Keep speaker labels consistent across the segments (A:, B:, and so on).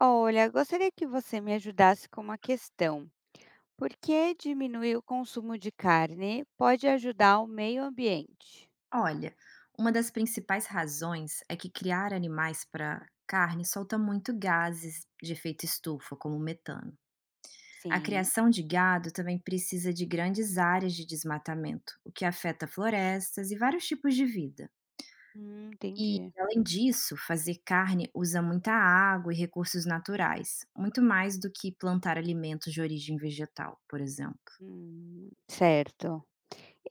A: Olha, gostaria que você me ajudasse com uma questão. Por que diminuir o consumo de carne pode ajudar o meio ambiente?
B: Olha, uma das principais razões é que criar animais para carne solta muito gases de efeito estufa, como o metano. A
A: Sim,
B: criação de gado também precisa de grandes áreas de desmatamento, o que afeta florestas e vários tipos de vida. E,
A: entendi.
B: além disso, fazer carne usa muita água e recursos naturais, muito mais do que plantar alimentos de origem vegetal, por exemplo.
A: Certo.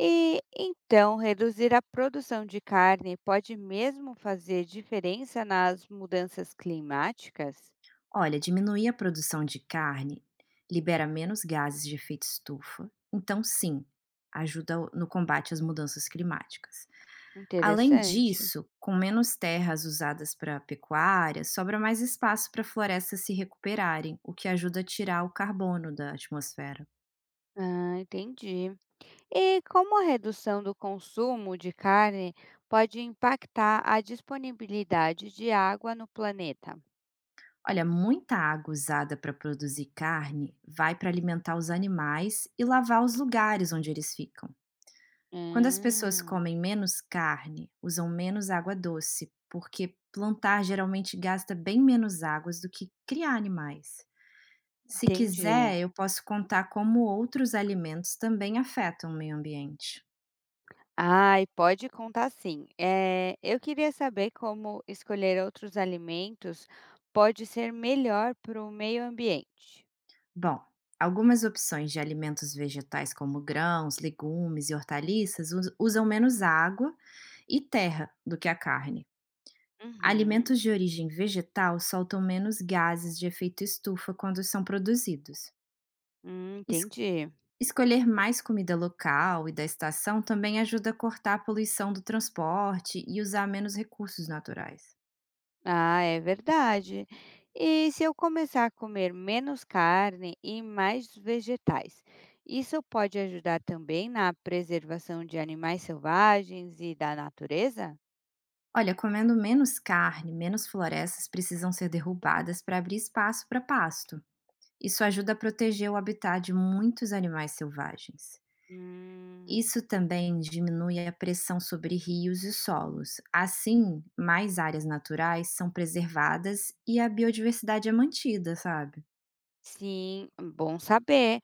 A: E então, reduzir a produção de carne pode mesmo fazer diferença nas mudanças climáticas?
B: Olha, diminuir a produção de carne libera menos gases de efeito estufa, então sim, ajuda no combate às mudanças climáticas. Além
A: Interessante.
B: disso, com menos terras usadas para pecuária, sobra mais espaço para florestas se recuperarem, o que ajuda a tirar o carbono da atmosfera.
A: Ah, entendi. E como a redução do consumo de carne pode impactar a disponibilidade de água no planeta?
B: Olha, muita água usada para produzir carne vai para alimentar os animais e lavar os lugares onde eles ficam. Quando as pessoas
A: Ah,
B: comem menos carne, usam menos água doce, porque plantar geralmente gasta bem menos águas do que criar animais. Se
A: entendi.
B: quiser, eu posso contar como outros alimentos também afetam o meio ambiente.
A: Ai, pode contar sim. Eu queria saber como escolher outros alimentos pode ser melhor para o meio ambiente.
B: Bom, algumas opções de alimentos vegetais, como grãos, legumes e hortaliças, usam menos água e terra do que a carne.
A: Uhum,
B: Alimentos de origem vegetal soltam menos gases de efeito estufa quando são produzidos.
A: entendi.
B: Escolher mais comida local e da estação também ajuda a cortar a poluição do transporte e usar menos recursos naturais.
A: Ah, é verdade. E se eu começar a comer menos carne e mais vegetais, isso pode ajudar também na preservação de animais selvagens e da natureza?
B: Olha, comendo menos carne, menos florestas precisam ser derrubadas para abrir espaço para pasto. Isso ajuda a proteger o habitat de muitos animais selvagens.
A: Hum,
B: Isso também diminui a pressão sobre rios e solos. Assim, mais áreas naturais são preservadas e a biodiversidade é mantida, sabe?
A: sim, bom saber.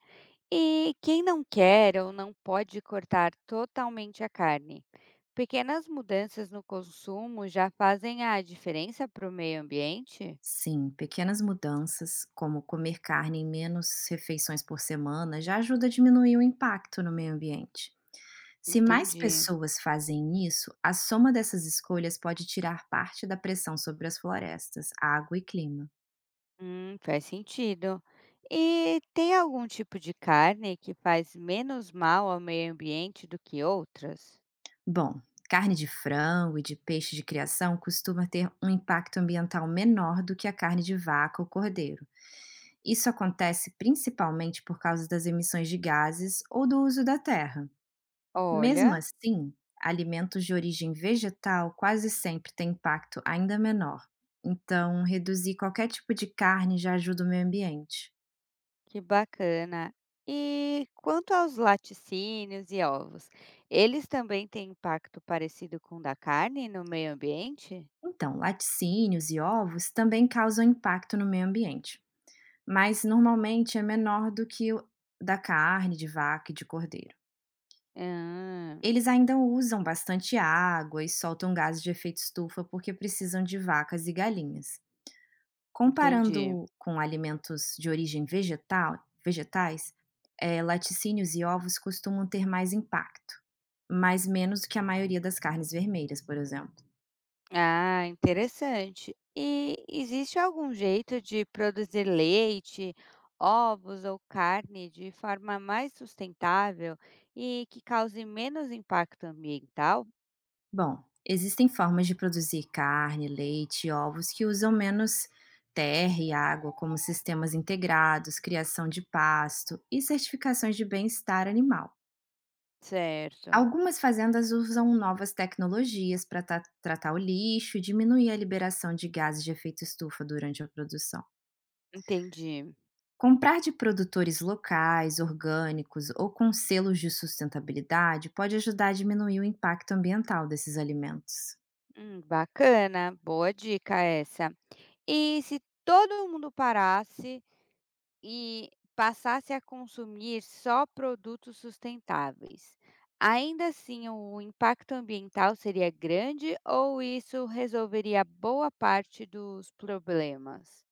A: E quem não quer ou não pode cortar totalmente a carne? Pequenas mudanças no consumo já fazem a diferença para o meio ambiente?
B: Sim, pequenas mudanças, como comer carne em menos refeições por semana, já ajuda a diminuir o impacto no meio ambiente. Se mais
A: Entendi.
B: pessoas fazem isso, a soma dessas escolhas pode tirar parte da pressão sobre as florestas, água e clima.
A: Faz sentido. E tem algum tipo de carne que faz menos mal ao meio ambiente do que outras?
B: Bom, carne de frango e de peixe de criação costuma ter um impacto ambiental menor do que a carne de vaca ou cordeiro. Isso acontece principalmente por causa das emissões de gases ou do uso da terra. Mesmo
A: Olha,
B: assim, alimentos de origem vegetal quase sempre têm impacto ainda menor, então reduzir qualquer tipo de carne já ajuda o meio ambiente.
A: que bacana. E quanto aos laticínios e ovos, eles também têm impacto parecido com o da carne no meio ambiente?
B: Então, laticínios e ovos também causam impacto no meio ambiente, mas normalmente é menor do que o da carne de vaca e de cordeiro.
A: Ah,
B: Eles ainda usam bastante água e soltam gases de efeito estufa porque precisam de vacas e galinhas.
A: entendi.
B: Comparando com alimentos de origem vegetal vegetais, laticínios e ovos costumam ter mais impacto, mas menos do que a maioria das carnes vermelhas, por exemplo.
A: Ah, interessante. E existe algum jeito de produzir leite, ovos ou carne de forma mais sustentável e que cause menos impacto ambiental?
B: Bom, existem formas de produzir carne, leite e ovos que usam menos terra e água, como sistemas integrados, criação de pasto e certificações de bem-estar animal.
A: Certo,
B: Algumas fazendas usam novas tecnologias para tratar o lixo e diminuir a liberação de gases de efeito estufa durante a produção.
A: entendi.
B: Comprar de produtores locais, orgânicos ou com selos de sustentabilidade pode ajudar a diminuir o impacto ambiental desses alimentos.
A: Bacana, boa dica essa. E se todo mundo parasse e passasse a consumir só produtos sustentáveis. Ainda assim, o impacto ambiental seria grande ou isso resolveria boa parte dos problemas?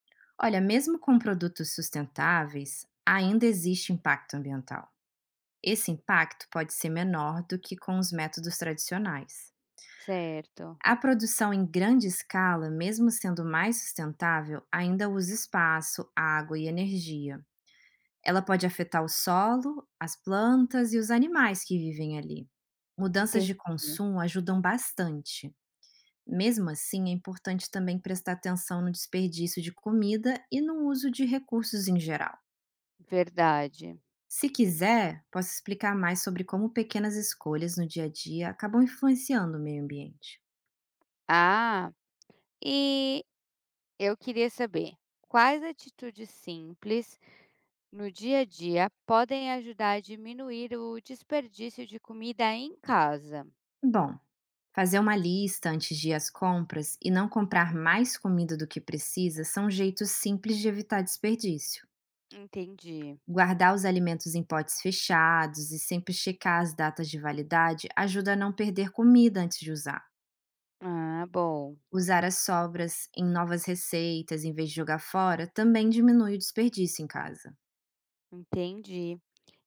B: Olha, mesmo com produtos sustentáveis, ainda existe impacto ambiental. Esse impacto pode ser menor do que com os métodos tradicionais.
A: Certo,
B: A produção em grande escala, mesmo sendo mais sustentável, ainda usa espaço, água e energia. Ela pode afetar o solo, as plantas e os animais que vivem ali. Mudanças
A: entendi.
B: de consumo ajudam bastante. Mesmo assim, é importante também prestar atenção no desperdício de comida e no uso de recursos em geral.
A: Verdade.
B: Se quiser, posso explicar mais sobre como pequenas escolhas no dia a dia acabam influenciando o meio ambiente.
A: Ah, e eu queria saber quais atitudes simples no dia a dia podem ajudar a diminuir o desperdício de comida em casa?
B: Bom, fazer uma lista antes de ir às compras e não comprar mais comida do que precisa são jeitos simples de evitar desperdício.
A: Entendi.
B: Guardar os alimentos em potes fechados e sempre checar as datas de validade ajuda a não perder comida antes de usar.
A: Ah, bom.
B: Usar as sobras em novas receitas em vez de jogar fora também diminui o desperdício em casa.
A: Entendi.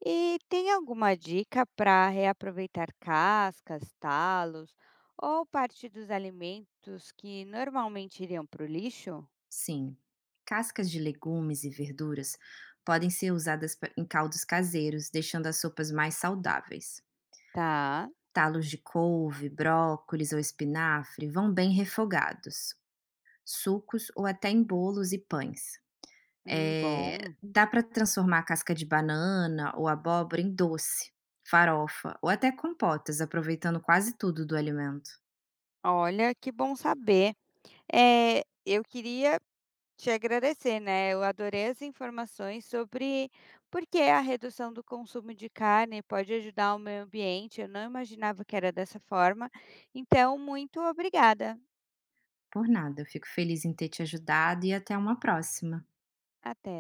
A: E tem alguma dica para reaproveitar cascas, talos ou parte dos alimentos que normalmente iriam para o lixo?
B: Sim, cascas de legumes e verduras podem ser usadas em caldos caseiros, deixando as sopas mais saudáveis.
A: Tá,
B: Talos de couve, brócolis ou espinafre vão bem refogados, sucos ou até em bolos e pães. Eh,
A: bom.
B: Dá para transformar a casca de banana ou abóbora em doce, farofa ou até compotas, aproveitando quase tudo do alimento.
A: Olha, que bom saber. Eu queria te agradecer, né, eu adorei as informações sobre por que a redução do consumo de carne pode ajudar o meio ambiente, eu não imaginava que era dessa forma. Então, muito obrigada.
B: Por nada, eu fico feliz em ter te ajudado e até uma próxima.
A: Até.